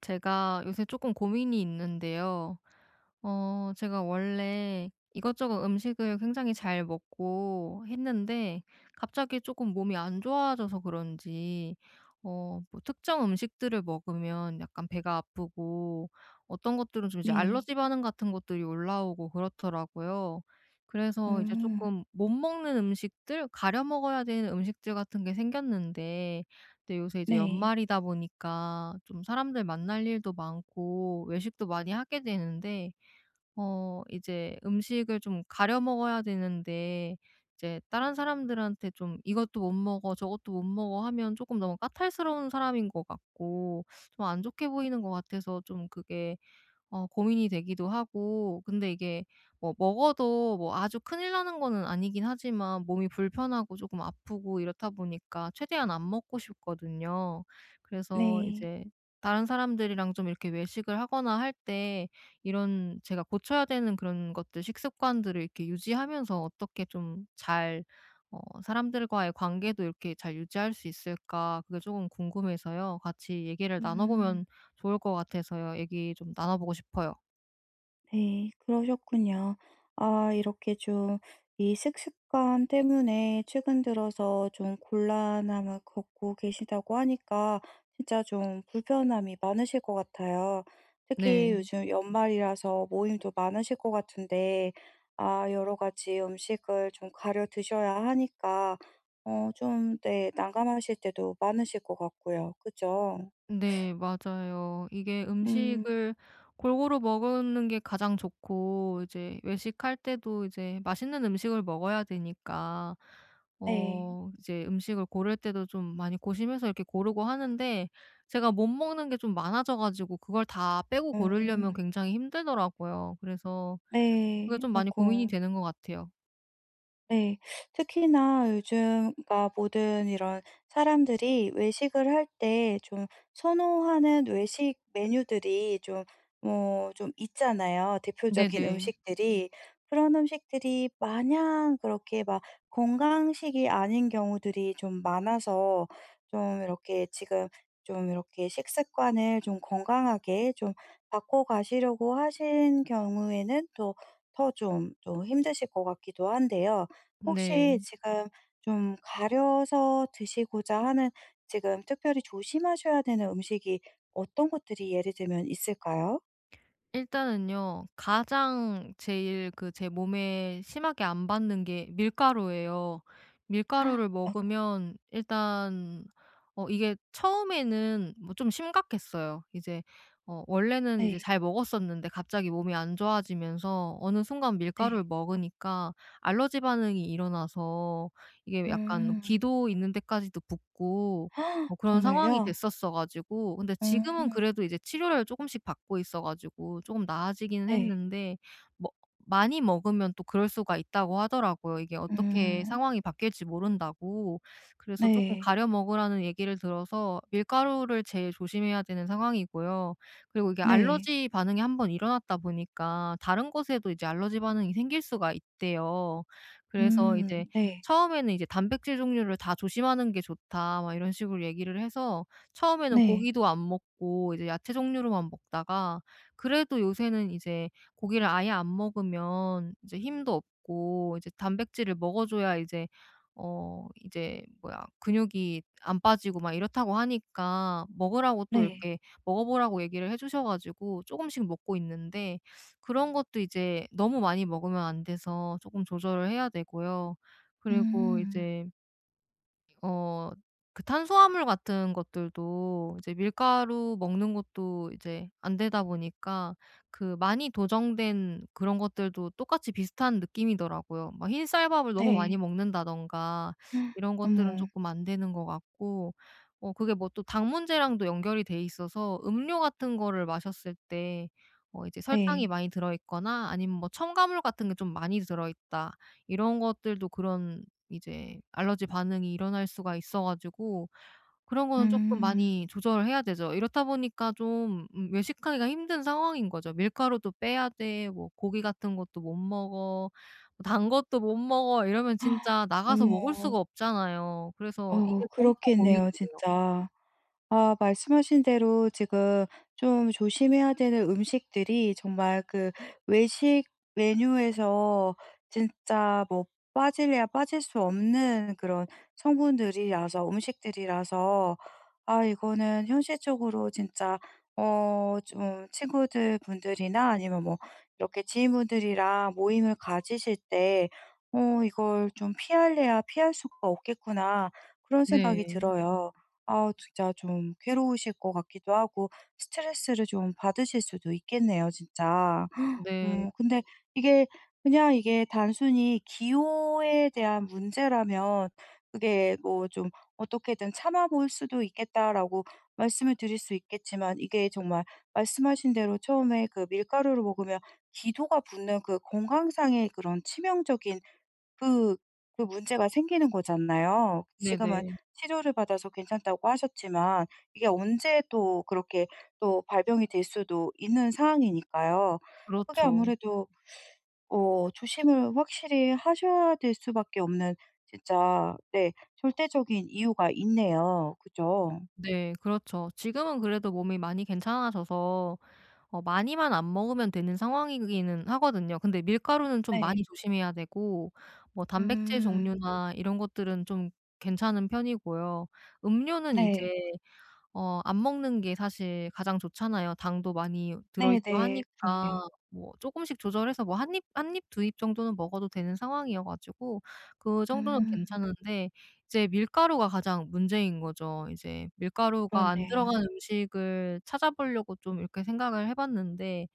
제가 요새 조금 고민이 있는데요. 제가 원래 이것저것 음식을 굉장히 잘 먹고 했는데 갑자기 조금 몸이 안 좋아져서 그런지 뭐 특정 음식들을 먹으면 약간 배가 아프고 어떤 것들은 좀 이제 네. 알러지 반응 같은 것들이 올라오고 그렇더라고요. 그래서 이제 음, 조금 못 먹는 음식들, 가려 먹어야 되는 음식들 같은 게 생겼는데, 근데 요새 이제 네. 연말이다 보니까 좀 사람들 만날 일도 많고 외식도 많이 하게 되는데 이제 음식을 좀 가려 먹어야 되는데, 이제 다른 사람들한테 좀 "이것도 못 먹어. 저것도 못 먹어." 하면 조금 너무 까탈스러운 사람인 것 같고 좀 안 좋게 보이는 것 같아서, 좀 그게 고민이 되기도 하고. 근데 이게 뭐 먹어도 뭐 아주 큰일 나는 거는 아니긴 하지만 몸이 불편하고 조금 아프고 이렇다 보니까 최대한 안 먹고 싶거든요. 그래서 네. 이제 다른 사람들이랑 좀 이렇게 외식을 하거나 할 때 이런 제가 고쳐야 되는 그런 것들, 식습관들을 이렇게 유지하면서 어떻게 좀 잘 사람들과의 관계도 이렇게 잘 유지할 수 있을까, 그게 조금 궁금해서요. 같이 얘기를 나눠 음 보면 좋을 것 같아서요. 얘기 좀 나눠보고 싶어요. 네. 그러셨군요. 아 이렇게 좀 이 식습관 때문에 최근 들어서 좀 곤란함을 겪고 계시다고 하니까 진짜 좀 불편함이 많으실 것 같아요. 특히 네. 요즘 연말이라서 모임도 많으실 것 같은데 아 여러 가지 음식을 좀 가려 드셔야 하니까 좀 네 난감하실 때도 많으실 것 같고요. 그죠? 네, 맞아요. 이게 음. 음식을 골고루 먹는 게 가장 좋고, 이제 외식할 때도 이제 맛있는 음식을 먹어야 되니까 네. 이제 음식을 고를 때도 좀 많이 고심해서 이렇게 고르고 하는데, 제가 못 먹는 게 좀 많아져 가지고 그걸 다 빼고 고르려면 음, 굉장히 힘들더라고요. 그래서 그게 네. 좀 많이 고민이 아이고. 되는 것 같아요. 네. 특히나 요즘 그러니까 모든 이런 사람들이 외식을 할 때 좀 선호하는 외식 메뉴들이 좀 뭐 좀 있잖아요, 대표적인 네네. 음식들이. 그런 음식들이 마냥 그렇게 막 건강식이 아닌 경우들이 좀 많아서 좀 이렇게 지금 좀 이렇게 식습관을 좀 건강하게 좀 바꿔 가시려고 하신 경우에는 또 더 좀 힘드실 것 같기도 한데요. 네. 혹시 지금 좀 가려서 드시고자 하는 지금 특별히 조심하셔야 되는 음식이 어떤 것들이 예를 들면 있을까요? 일단은요, 가장 제일 그 제 몸에 심하게 안 받는 게 밀가루예요. 밀가루를 아 먹으면 일단 이게 처음에는 뭐 좀 심각했어요. 이제 원래는 이제 네. 잘 먹었었는데 갑자기 몸이 안 좋아지면서 어느 순간 밀가루를 네. 먹으니까 알러지 반응이 일어나서 이게 약간 음. 귀도 있는 데까지도 붓고 아, 그런 상황이 정말요? 됐었어 가지고. 근데 지금은 음. 그래도 이제 치료를 쪼금씩 받고 있어 가지고 쪼금 나아지기는 네. 했는데, 뭐 많이 먹으면 또 그럴 수가 있다고 하더라고요. 이게 어떻게 음. 상황이 바뀔지 모른다고. 그래서 쪼끔 네. 가려 먹으라는 얘기를 들어서 밀가루를 제일 조심해야 되는 상황이고요. 그리고 이게 네. 알러지 반응이 한번 일어났다 보니까 다른 것에도 이제 알러지 반응이 생길 수가 있대요. 그래서 음. 이제 네. 처음에는 이제 "단백질 종류를 다 조심하는 게 좋다." 막 이런 식으로 얘기를 해서 처음에는 네. 고기도 안 먹고 이제 야채 종류로만 먹다가, 그래도 요새는 이제 고기를 아예 안 먹으면 이제 힘도 없고 이제 단백질을 먹어 줘야 이제 뭐야, 근육이 안 빠지고 막 이렇다고 하니까 먹으라고 또 네. 이렇게 먹어 보라고 얘기를 해 주셔 가지고 조금씩 먹고 있는데, 그런 것도 이제 너무 많이 먹으면 안 돼서 조금 조절을 해야 되고요. 그리고 음. 이제 어 그 탄수화물 같은 것들도 이제 밀가루 먹는 것도 이제 안 되다 보니까 그 많이 도정된 그런 것들도 똑같이 비슷한 느낌이더라고요. 막 흰쌀밥을 너무 많이 네. 먹는다든가 헉, 이런 것들은 어머. 조금 안 되는 것 같고, 그게 뭐 또 당 문제랑도 연결이 돼 있어서 음료 같은 거를 마셨을 때 이제 설탕이 네. 많이 들어 있거나 아니면 뭐 첨가물 같은 게 좀 많이 들어 있다, 이런 것들도 그런 이제 알러지 반응이 일어날 수가 있어 가지고 그런 거는 조금 음. 많이 조절해야 되죠. 이렇다 보니까 좀 외식하기가 힘든 상황인 거죠. 밀가루도 빼야 돼. 뭐 고기 같은 것도 못 먹어. 뭐단 것도 못 먹어. 이러면 아, 진짜 나가서 먹을 어머. 수가 없잖아요. 그래서 이게 엄청 그렇겠네요, 고민이에요. 진짜. 아 말씀하신 대로 지금 좀 조심해야 되는 음식들이 정말 그 외식 메뉴에서 진짜 뭐 빠질래야 빠질 수 없는 그런 성분들이라서, 음식들이라서, 아 이거는 현실적으로 진짜 좀 친구들 분들이나 아니면 뭐 이렇게 지인분들이랑 모임을 가지실 때 '어 이걸 좀 피할래야 피할 수가 없겠구나.' 그런 생각이 네. 들어요. 아 진짜 좀 괴로우실 것 같기도 하고, 스트레스를 좀 받으실 수도 있겠네요, 진짜. 네. 근데 이게, 그냥 이게 단순히 기호에 대한 문제라면 그게 뭐좀 어떻게든 참아 볼 수도 있겠다라고 말씀을 드릴 수 있겠지만, 이게 정말 말씀하신 대로 처음에 그 밀가루를 먹으면 기도가 붙는, 그 건강상의 그런 치명적인, 그 그 문제가 생기는 거잖아요. 지금은 네네. 치료를 받아서 괜찮다고 하셨지만 이게 언제 또 그렇게 또 발병이 될 수도 있는 상황이니까요. 그게 그렇죠. 아무래도 조심을 확실히 하셔야 될 수밖에 없는, 진짜 네 절대적인 이유가 있네요. 그죠? 네, 그렇죠. 지금은 그래도 몸이 많이 괜찮아져서 많이만 안 먹으면 되는 상황이기는 하거든요. 근데 밀가루는 좀 많이 네. 조심해야 되고, 뭐 단백질 음. 종류나 이런 것들은 좀 괜찮은 편이고요. 음료는 이제 네. 안 먹는 게 사실 가장 좋잖아요. 당도 많이 들어있고 네네. 하니까. 그럼요. 뭐 쪼끔씩 조절해서 뭐 한입 한입 두입 정도는 먹어도 되는 상황이어 가지고 그 정도는 음 괜찮은데, 이제 밀가루가 가장 문제인 거죠. 이제 밀가루가 안 그렇네요. 들어간 음식을 찾아보려고 좀 이렇게 생각을 해 봤는데,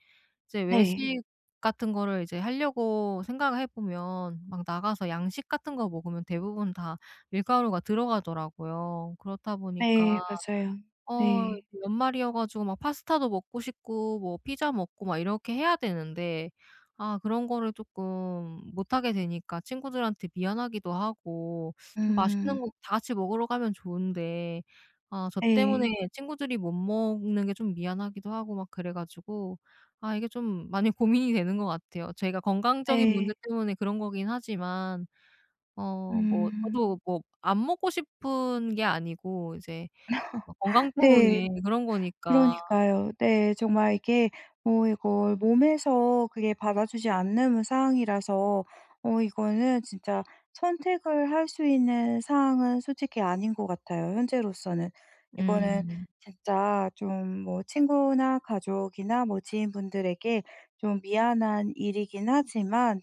이제 네. 외식 같은 거를 이제 하려고 생각을 해 보면 막 나가서 양식 같은 거 먹으면 대부분 다 밀가루가 들어가더라고요. 그렇다 보니까 네, 맞아요. 네. 이제 연말이어 가지고 막 파스타도 먹고 싶고 뭐 피자 먹고 막 이렇게 해야 되는데, 아 그런 거를 쪼끔 못 하게 되니까 친구들한테 미안하기도 하고, 좀 맛있는 음. 거 다 같이 먹으러 가면 좋은데 아 저 때문에 네. 친구들이 못 먹는 게 좀 미안하기도 하고 막 그래 가지고. 아 이게 좀 많이 고민이 되는 것 같아요. 제가 건강적인 문제 네. 때문에 그런 거긴 하지만 뭐 음. 저도 뭐 안 먹고 싶은 게 아니고 이제 건강 네. 때문에 그런 거니까. 그러니까요. 네. 정말 이게 뭐 이걸 몸에서 그게 받아주지 않는 사항이라서, 이거는 진짜 선택을 할 수 있는 사항은 솔직히 아닌 것 같아요, 현재로서는. 이거는 음. 진짜 좀 뭐 친구나 가족이나 뭐 지인분들에게 좀 미안한 일이긴 하지만,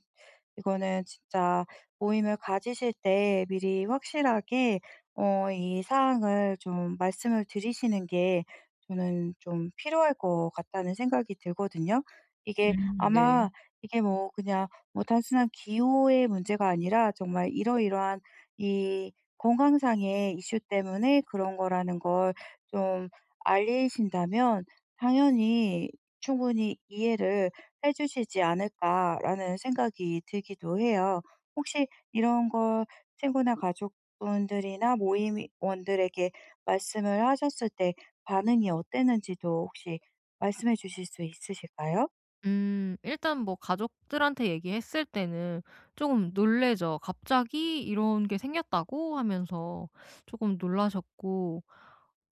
이거는 진짜 모임을 가지실 때 미리 확실하게 이 사항을 좀 말씀을 드리시는 게 저는 좀 필요할 것 같다는 생각이 들거든요. 이게 음, 네. 아마 이게 뭐 그냥 뭐 단순한 기호의 문제가 아니라 정말 이러이러한 이 건강상의 이슈 때문에 그런 거라는 걸 좀 알리신다면, 당연히 충분히 이해를 해 주시지 않을까라는 생각이 들기도 해요. 혹시 이런 걸 친구나 가족분들이나 모임원들에게 말씀을 하셨을 때 반응이 어땠는지도 혹시 말씀해 주실 수 있으실까요? 일단 뭐 가족들한테 얘기했을 때는 쪼금 놀라죠. "갑자기 이런 게 생겼다고?" 하면서 쪼금 놀라셨고,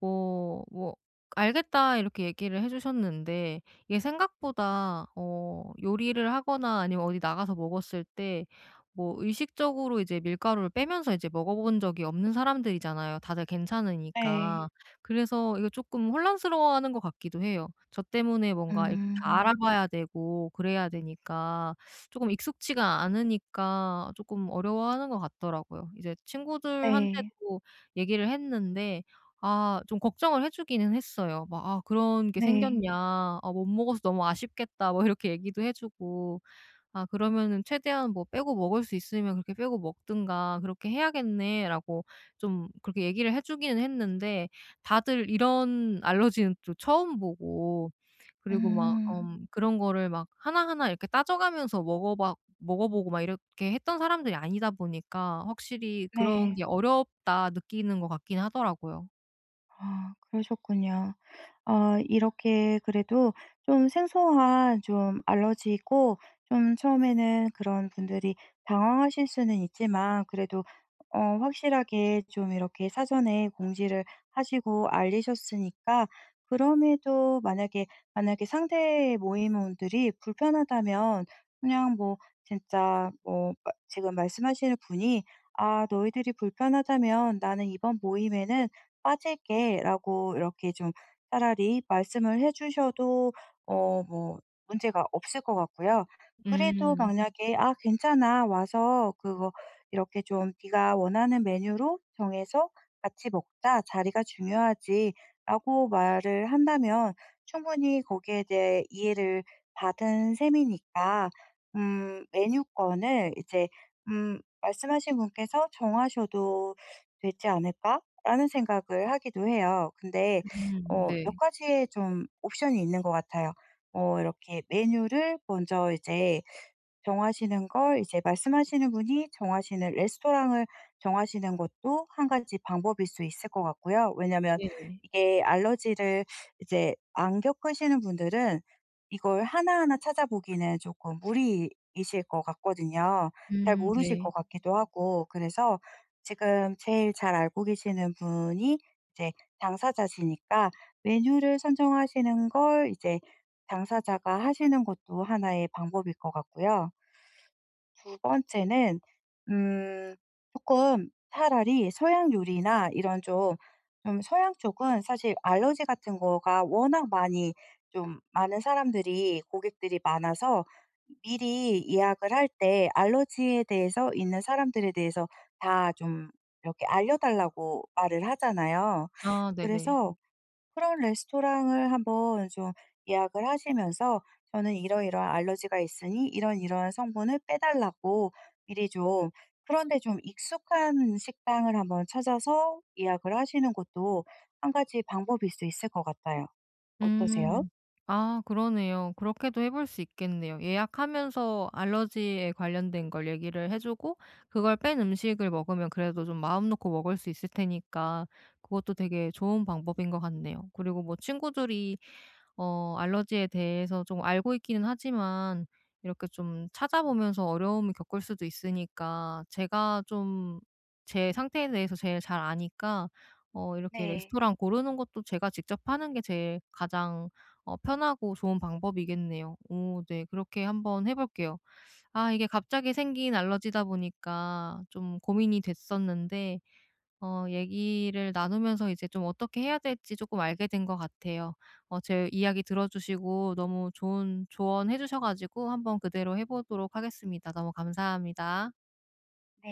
뭐 "알겠다." 이렇게 얘기를 해 주셨는데, 이게 생각보다 요리를 하거나 아니면 어디 나가서 먹었을 때 뭐 의식적으로 이제 밀가루를 빼면서 이제 먹어 본 적이 없는 사람들이잖아요, 다들 괜찮으니까. 네. 그래서 이거 조금 혼란스러워하는 것 같기도 해요. 저 때문에 뭔가 이렇게 다 음. 알아봐야 되고 그래야 되니까 조금 익숙지가 않으니까 조금 어려워하는 것 같더라고요. 이제 네. 친구들한테도 얘기를 했는데, 아 좀 걱정을 해 주기는 했어요. 막 "아 그런 게 네. 생겼냐. 아 못 먹어서 너무 아쉽겠다." 뭐 이렇게 얘기도 해 주고. '아 그러면은 최대한 뭐 빼고 먹을 수 있으면 그렇게 빼고 먹든가 그렇게 해야겠네.'라고 좀 그렇게 얘기를 해 주기는 했는데, 다들 이런 알러지는 또 처음 보고, 그리고 막 음. 그런 거를 막 하나하나 이렇게 따져가면서 먹어 보고 막 이렇게 했던 사람들이 아니다 보니까 확실히 그런 네. 게 어렵다 느끼는 것 같긴 하더라고요. 아 그러셨군요. 이렇게 그래도 좀 생소한 좀 알러지이고, 좀 처음에는 그런 분들이 당황하실 수는 있지만, 그래도 확실하게 좀 이렇게 사전에 공지를 하시고 알리셨으니까, 그럼에도 만약에 상대 모임원들이 불편하다면 그냥 뭐 진짜 뭐 마 지금 말씀하시는 분이 "아 너희들이 불편하다면 나는 이번 모임에는 빠질게."라고 이렇게 좀 차라리 말씀을 해 주셔도 뭐 문제가 없을 것 같고요. 그래도 음. 만약에 "아 괜찮아. 와서 그거 이렇게 좀 네가 원하는 메뉴로 정해서 같이 먹자. 자리가 중요하지."라고 말을 한다면, 충분히 거기에 대해 이해를 받은 셈이니까 메뉴권을 이제 말씀하신 분께서 정하셔도 되지 않을까라는 생각을 하기도 해요. 근데 음, 몇 네. 가지의 좀 옵션이 있는 것 같아요. 이렇게 메뉴를 먼저 이제 정하시는 걸, 이제 말씀하시는 분이 정하시는 레스토랑을 정하시는 것도 한 가지 방법일 수 있을 것 같고요. 왜냐면 네. 이게 알러지를 이제 안 겪으시는 분들은 이걸 하나하나 찾아보기는 조금 무리이실 것 같거든요. 잘 음, 모르실 네. 것 같기도 하고. 그래서 지금 제일 잘 알고 계시는 분이 이제 당사자시니까, 메뉴를 선정하시는 걸 이제 당사자가 하시는 것도 하나의 방법일 것 같고요. 두 번째는 음금 차라리 서양 요리나 이런 좀 서양 쪽은 사실 알러지 같은 거가 워낙 많이, 좀 많은 사람들이, 고객들이 많아서 미리 예약을 할 때 알러지에 대해서 있는 사람들에 대해서 다 좀 이렇게 알려 달라고 말을 하잖아요. 아, 네네. 그래서 그런 레스토랑을 한번 좀 예약을 하시면서 "저는 이러이러한 알러지가 있으니 이런 이러한 성분을 빼달라."고 미리 좀, 그런 데 좀 익숙한 식당을 한번 찾아서 예약을 하시는 것도 한 가지 방법일 수 있을 것 같아요. 어떠세요? 음. 아, 그러네요. 그렇게도 해볼 수 있겠네요. 예약하면서 알러지에 관련된 걸 얘기를 해 주고 그걸 뺀 음식을 먹으면 그래도 좀 마음 놓고 먹을 수 있을 테니까 그것도 되게 좋은 방법인 것 같네요. 그리고 뭐 친구들이 알러지에 대해서 좀 알고 있기는 하지만 이렇게 좀 찾아보면서 어려움을 겪을 수도 있으니까, 제가 좀 제 상태에 대해서 제일 잘 아니까 이렇게 네. 레스토랑 고르는 것도 제가 직접 하는 게 제일 가장 편하고 좋은 방법이겠네요. 오, 네. 그렇게 한번 해 볼게요. 아 이게 갑자기 생긴 알러지다 보니까 좀 고민이 됐었는데 얘기를 나누면서 이제 좀 어떻게 해야 될지 조금 알게 된 것 같아요. 제 이야기 들어 주시고 너무 좋은 조언해 주셔 가지고 한번 그대로 해 보도록 하겠습니다. 너무 감사합니다.